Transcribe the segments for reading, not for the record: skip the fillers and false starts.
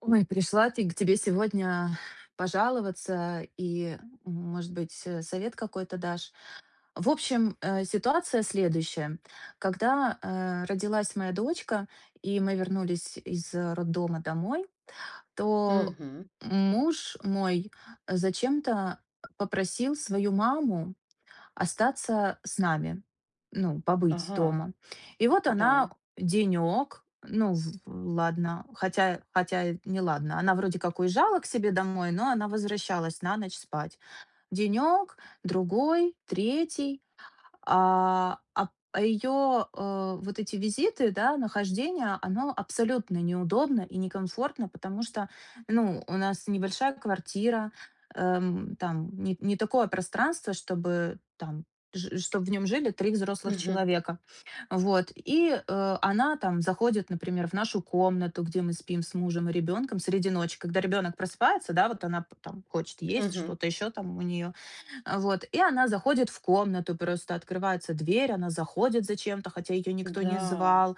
Ой, пришла ты к тебе сегодня пожаловаться и, может быть, совет какой-то дашь. В общем, ситуация следующая. Когда родилась моя дочка, и мы вернулись из роддома домой, то Мгм. муж мой зачем-то попросил свою маму остаться с нами, ну, побыть Ага, дома. И вот она да. денек, ну, ладно, хотя не ладно, она вроде как уезжала к себе домой, но она возвращалась на ночь спать. Денек, другой, третий, ее, вот эти визиты, да, нахождение, оно абсолютно неудобно и некомфортно, потому что, ну, у нас небольшая квартира, там не такое пространство, чтобы в нем жили три взрослых Мгм, человека. Вот. И она там заходит, например, в нашу комнату, где мы спим с мужем и ребенком среди ночи. Когда ребенок просыпается, да, вот она там хочет есть мгм. что-то еще там у нее. А, вот, и она заходит в комнату, просто открывается дверь, она заходит зачем-то, хотя ее никто не Да. звал.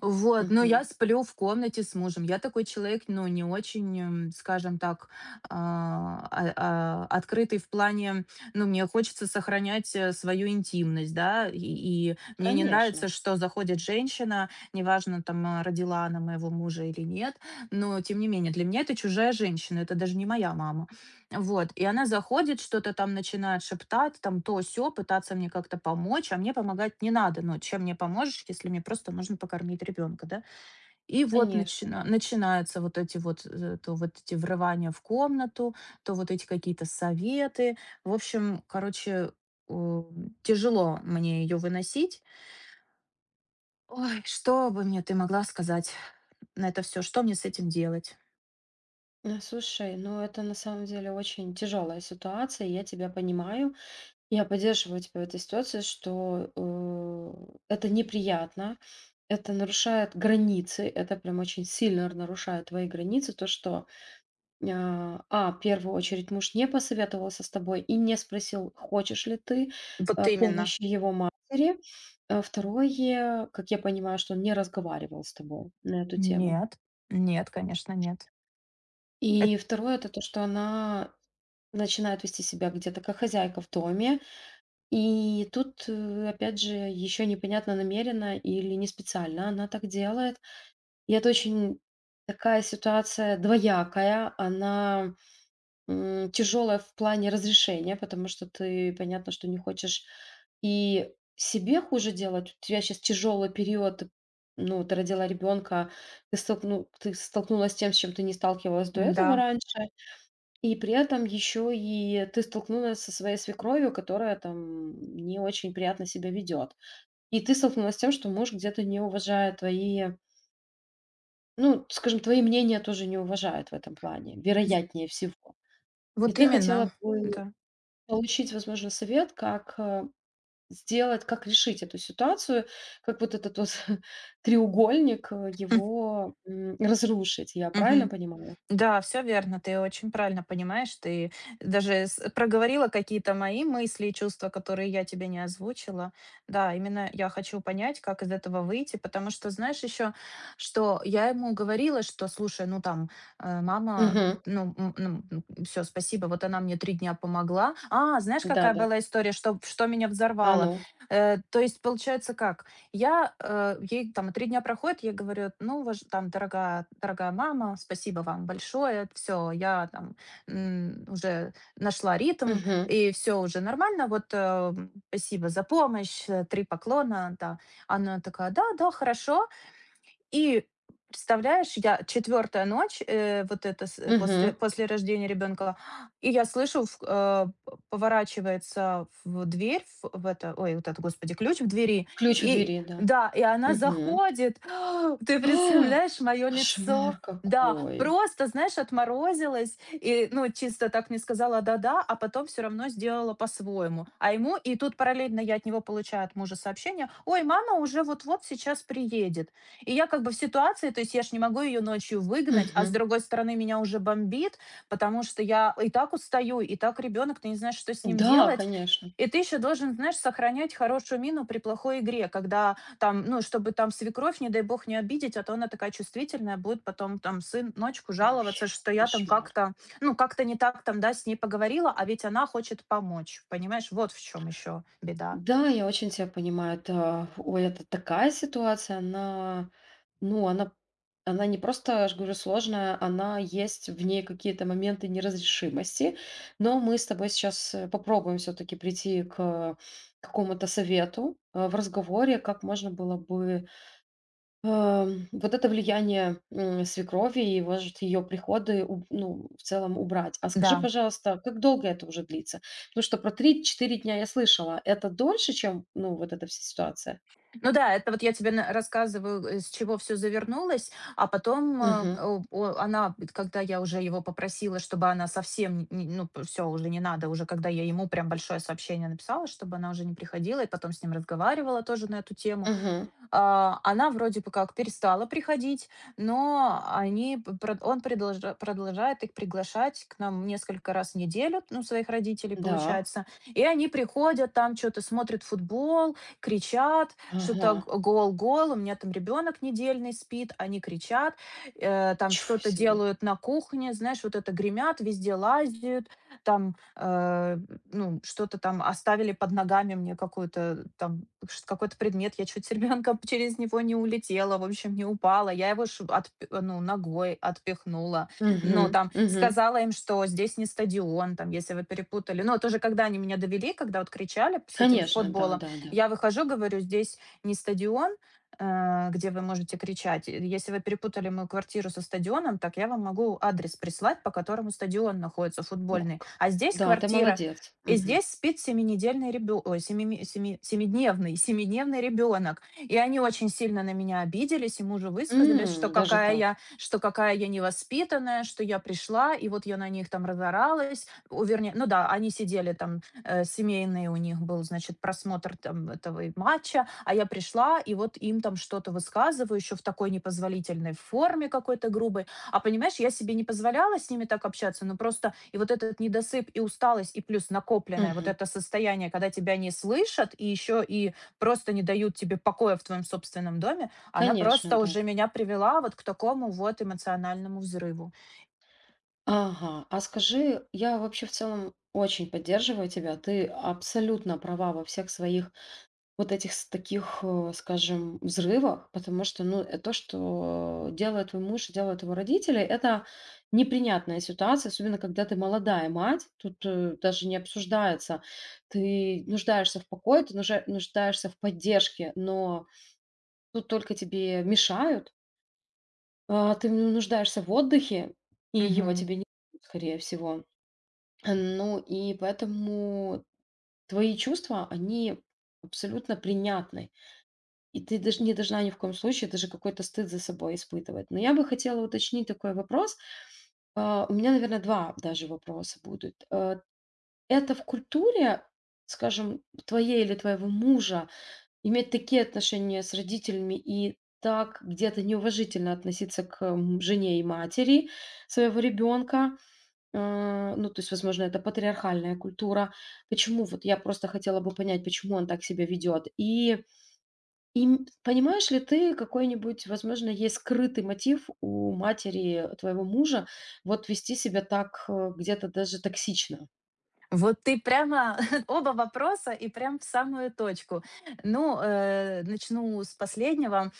Вот, но Мгм. я сплю в комнате с мужем. Я такой человек, ну, не очень, скажем так, открытый в плане, ну, мне хочется сохранять, свою интимность, да, и мне не Конечно, нравится, что заходит женщина, неважно, там, родила она моего мужа или нет, но тем не менее, для меня это чужая женщина, это даже не моя мама. Вот, и она заходит, что-то там начинает шептать, там то сё, пытаться мне как-то помочь, а мне помогать не надо. Ну, чем мне поможешь, если мне просто нужно покормить ребенка, да? И вот конечно, да. начинаются вот эти вот, то вот эти врывания в комнату, то вот эти какие-то советы. В общем, короче, у, тяжело мне ее выносить. Ой, что бы мне ты могла сказать на это все? Что мне с этим делать? Ну, слушай, ну это на самом деле очень тяжелая ситуация, я тебя понимаю. Я поддерживаю тебя в этой ситуации, что это неприятно, это нарушает границы, это прям очень сильно нарушает твои границы, то, что в первую очередь муж не посоветовался с тобой и не спросил, хочешь ли ты, Вот именно. помощи его матери. А, второе, как я понимаю, что он не разговаривал с тобой на эту тему. Нет, нет, конечно, нет. Эт- И второе, это то, что она начинает вести себя где-то как хозяйка в доме. И тут, опять же, еще непонятно, намеренно или не специально она так делает. И это очень такая ситуация двоякая. Она тяжелая в плане разрешения, потому что ты, понятно, что не хочешь и себе хуже делать. У тебя сейчас тяжелый период, ты, ну, вот ты родила ребенка, ты столкнулась с тем, с чем ты не сталкивалась до этого да. раньше, и при этом еще и ты столкнулась со своей свекровью, которая там не очень приятно себя ведет. И ты столкнулась с тем, что муж где-то не уважает твои, ну, скажем, твои мнения тоже не уважает в этом плане, вероятнее всего. И Вот ты хотела именно, бы да. получить, возможно, совет, как, сделать, как решить эту ситуацию, как вот этот вот треугольник, Хм, его, разрушить. Я правильно мгм. понимаю? Да, все верно, ты очень правильно понимаешь. Ты даже с проговорила какие-то мои мысли и чувства, которые я тебе не озвучила. Да, именно я хочу понять, как из этого выйти, потому что, знаешь, еще, что я ему говорила, что: «Слушай, ну там, мама, Мгм. ну, все, спасибо, вот она мне 3 дня помогла». А, знаешь, какая Да-да. была история, что меня А взорвало? ну. То есть получается как? Я, ей там 3 дня проходит, я говорю: «Ну, важ там, дорогая мама, спасибо вам большое. Все, я там, уже нашла ритм, Мгм. и все уже нормально. Вот, спасибо за помощь, 3 поклона». Да. Она такая: «Да, да, хорошо». И представляешь, я четвертая ночь, вот это Мгм. после рождения ребенка, и я слышу, в э, п поворачивается в дверь, в это, ой, вот это, господи, ключ в двери. Ключ в И двери, да. да, и она Мгм. заходит. Ты А! представляешь мое Кошмар лицо? Да, какой! просто, знаешь, отморозилась и, ну, чисто так не сказала «да-да», а потом все равно сделала по-своему. А ему и тут параллельно я от него получаю, от мужа сообщение: «Ой, мама уже вот-вот сейчас приедет». И я как бы в ситуации, то есть я ж не могу ее ночью выгнать, а с Мгм. другой стороны меня уже бомбит, потому что я и так устаю, и так ребенок, ты не знаешь, что с ним Да, делать. конечно. И ты еще должен, знаешь, сохранять хорошую мину при плохой игре, когда там, ну, чтобы там свекровь, не дай бог, не обидеть, а то она такая чувствительная, будет потом там сын ночку Ой, жаловаться, что я там кошмар. как-то, ну, как-то не так там, да, с ней поговорила, а ведь она хочет помочь, понимаешь, вот в чем еще беда. Да, я очень тебя понимаю. Это, ой, это такая ситуация, ну, она не просто, я ж говорю, сложная, она есть в ней какие-то моменты неразрешимости. Но мы с тобой сейчас попробуем все-таки прийти к какому-то совету в разговоре, как можно было бы вот это влияние, свекрови и, может, ее приходы уб ну, в целом убрать. А скажи, Да. пожалуйста, как долго это уже длится? Потому что про три-четыре дня я слышала. Это дольше, чем, ну, вот эта вся ситуация? Ну да, это вот я тебе рассказываю, с чего все завернулось, а потом Угу, она, когда я уже его попросила, чтобы она совсем, ну все, уже не надо, уже когда я ему прям большое сообщение написала, чтобы она уже не приходила, и потом с ним разговаривала тоже на эту тему, угу. Она вроде бы как перестала приходить, но они п прод он предложа продолжает их приглашать к нам несколько раз в неделю, ну, своих родителей, Да. получается. И они приходят, там что то смотрят футбол, кричат, Ага. что-то г гол, гол. У меня там ребенок недельный спит, они кричат, там Чего что-то себе. делают на кухне, знаешь, вот это гремят, везде лазят там, ну, что-то там оставили под ногами мне какую-то там, ш какой-то предмет, я чуть ребенком через него не улетела, в общем, не упала. Я его ш отп ну, ногой отпихнула. Ну, Угу, там угу. сказала им, что здесь не стадион, там, если вы перепутали. Ну, тоже когда они меня довели, когда вот кричали с этим Конечно, футболом, да-да-да. я выхожу, говорю: «Здесь не стадион, где вы можете кричать. И если вы перепутали мою квартиру со стадионом, так я вам могу адрес прислать, по которому стадион находится Ух футбольный. к А здесь Да, ты квартира, молодец. и Мгм. здесь спит семинедельный ребё ой, семи семидневный семидневный ребёнок». И они очень сильно на меня обиделись, и мужу высказались, что Даже какая я так. что какая я невоспитанная, что я пришла, и вот я на них там разоралась. О, вернее, ну да, они сидели там, семейный у них был, значит, просмотр там этого и матча, а я пришла, и вот им там что-то высказываю, ещё в такой непозволительной форме какой-то грубой. А понимаешь, я себе не позволяла с ними так общаться, но просто и вот этот недосып, и усталость, и плюс накопленное вот Мгм. это состояние, когда тебя не слышат, и еще и просто не дают тебе покоя в твоем собственном доме, она Конечно, просто да. уже меня привела вот к такому вот эмоциональному взрыву. Ага, а скажи, я вообще в целом очень поддерживаю тебя. Ты абсолютно права во всех своих вот этих с таких, скажем, взрывах, потому что, ну, то, что делает твой муж и делают его родители, это неприятная ситуация, особенно когда ты молодая мать, тут даже не обсуждается. Ты нуждаешься в покое, ты нуждаешься в поддержке, но тут только тебе мешают, а ты, ну, нуждаешься в отдыхе, и его Мгм. тебе не дают, скорее всего. Ну и поэтому твои чувства, они абсолютно принятны. И ты даже не должна ни в коем случае даже какой-то стыд за собой испытывать. Но я бы хотела уточнить такой вопрос. У меня, наверное, два даже вопроса будут. Это в культуре, скажем, твоей или твоего мужа, иметь такие отношения с родителями и так где-то неуважительно относиться к жене и матери своего ребенка, ну, то есть, возможно, это патриархальная культура. Почему? Вот я просто хотела бы понять, почему он так себя ведет. И, им понимаешь ли ты, какой-нибудь, возможно, есть скрытый мотив у матери твоего мужа вот вести себя так, где-то даже токсично? Вот ты прямо оба вопроса и прям в самую точку. Ну, начну с последнего.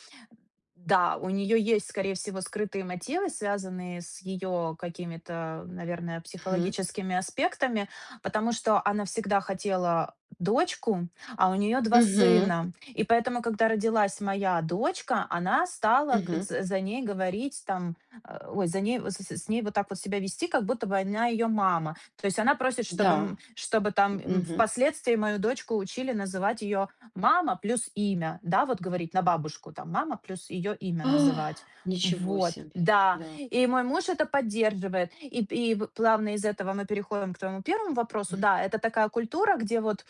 Да, у нее есть, скорее всего, скрытые мотивы, связанные с ее какими-то, наверное, Мгм. психологическими аспектами, потому что она всегда хотела дочку, а у нее два Мгм. сына. И поэтому, когда родилась моя дочка, она стала Мгм. За ней говорить там, ой, за ней, с ней вот так вот себя вести, как будто бы она ее мама. То есть она просит, чтобы, Да. м- чтобы там Мгм. впоследствии мою дочку учили называть ее мама плюс имя, да, вот говорить на бабушку, там мама плюс ее имя А, называть. ничего Вот, себе. да. Да. И мой муж это поддерживает. И плавно из этого мы переходим к твоему первому вопросу. Да, это такая культура, где вот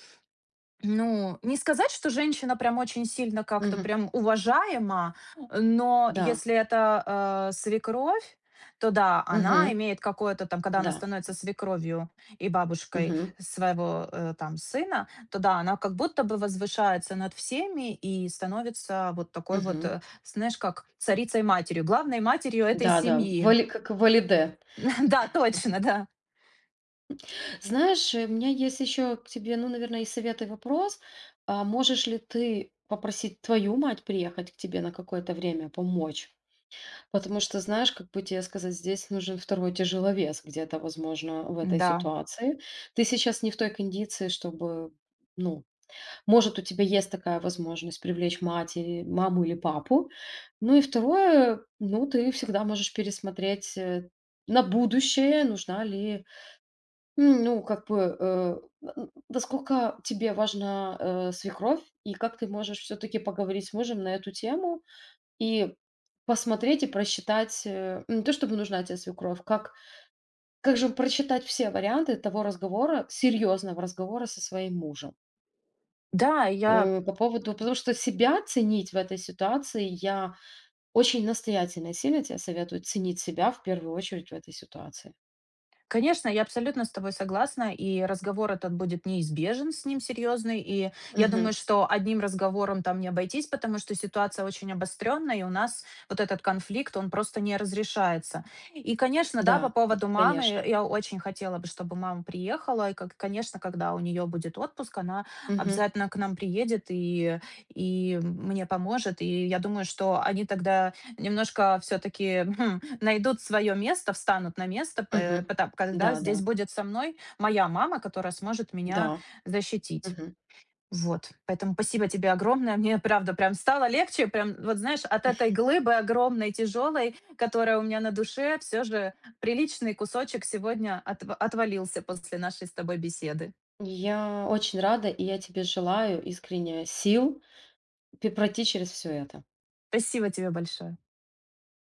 ну, не сказать, что женщина прям очень сильно как-то Мгм. прям уважаема, но Да. если это, свекровь, то да, она Мгм. имеет какое-то там, когда она Да. становится свекровью и бабушкой Мгм. своего, там сына, то да, она как будто бы возвышается над всеми и становится вот такой вот, Мгм. Знаешь, как царицей-матерью, главной матерью этой Да, да. семьи. Как валиде. Да, точно, да. Знаешь, у меня есть еще к тебе, ну, наверное, и совет, и вопрос. А можешь ли ты попросить твою мать приехать к тебе на какое-то время, помочь? Потому что, знаешь, как бы тебе сказать, здесь нужен второй тяжеловес где-то, возможно, в этой Да. ситуации. Ты сейчас не в той кондиции, чтобы, ну, может, у тебя есть такая возможность привлечь мать или маму или папу. Ну и второе, ну, ты всегда можешь пересмотреть, на будущее, нужна ли ну, как бы, н насколько тебе важна, свекровь, и как ты можешь все таки поговорить с мужем на эту тему и посмотреть и просчитать, не то чтобы нужна тебе свекровь, как же просчитать все варианты того разговора, серьезного разговора со своим мужем. Да, я По поводу, потому что себя ценить в этой ситуации я очень настоятельно и сильно тебе советую, ценить себя в первую очередь в этой ситуации. конечно, я абсолютно с тобой согласна, и разговор этот будет неизбежен с ним серьезный. И я думаю, Мгм. что одним разговором там не обойтись, потому что ситуация очень обостренная, и у нас вот этот конфликт, он просто не разрешается. И, конечно, да, по Да, поводу мамы, конечно. я очень хотела бы, чтобы мама приехала. И, как, конечно, когда у нее будет отпуск, она Мгм. обязательно к нам приедет и мне поможет. И я думаю, что они тогда немножко все-таки найдут свое место, встанут на место, Мгм. Когда Да-да. здесь будет со мной моя мама, которая сможет меня Да, защитить. мгм. Вот. Поэтому спасибо тебе огромное. Мне, правда, прям стало легче. Прям, вот знаешь, от этой глыбы огромной, тяжелой, которая у меня на душе, все же приличный кусочек сегодня отвалился после нашей с тобой беседы. Я очень рада, и я тебе желаю искренне сил пе пройти через все это. Спасибо тебе большое.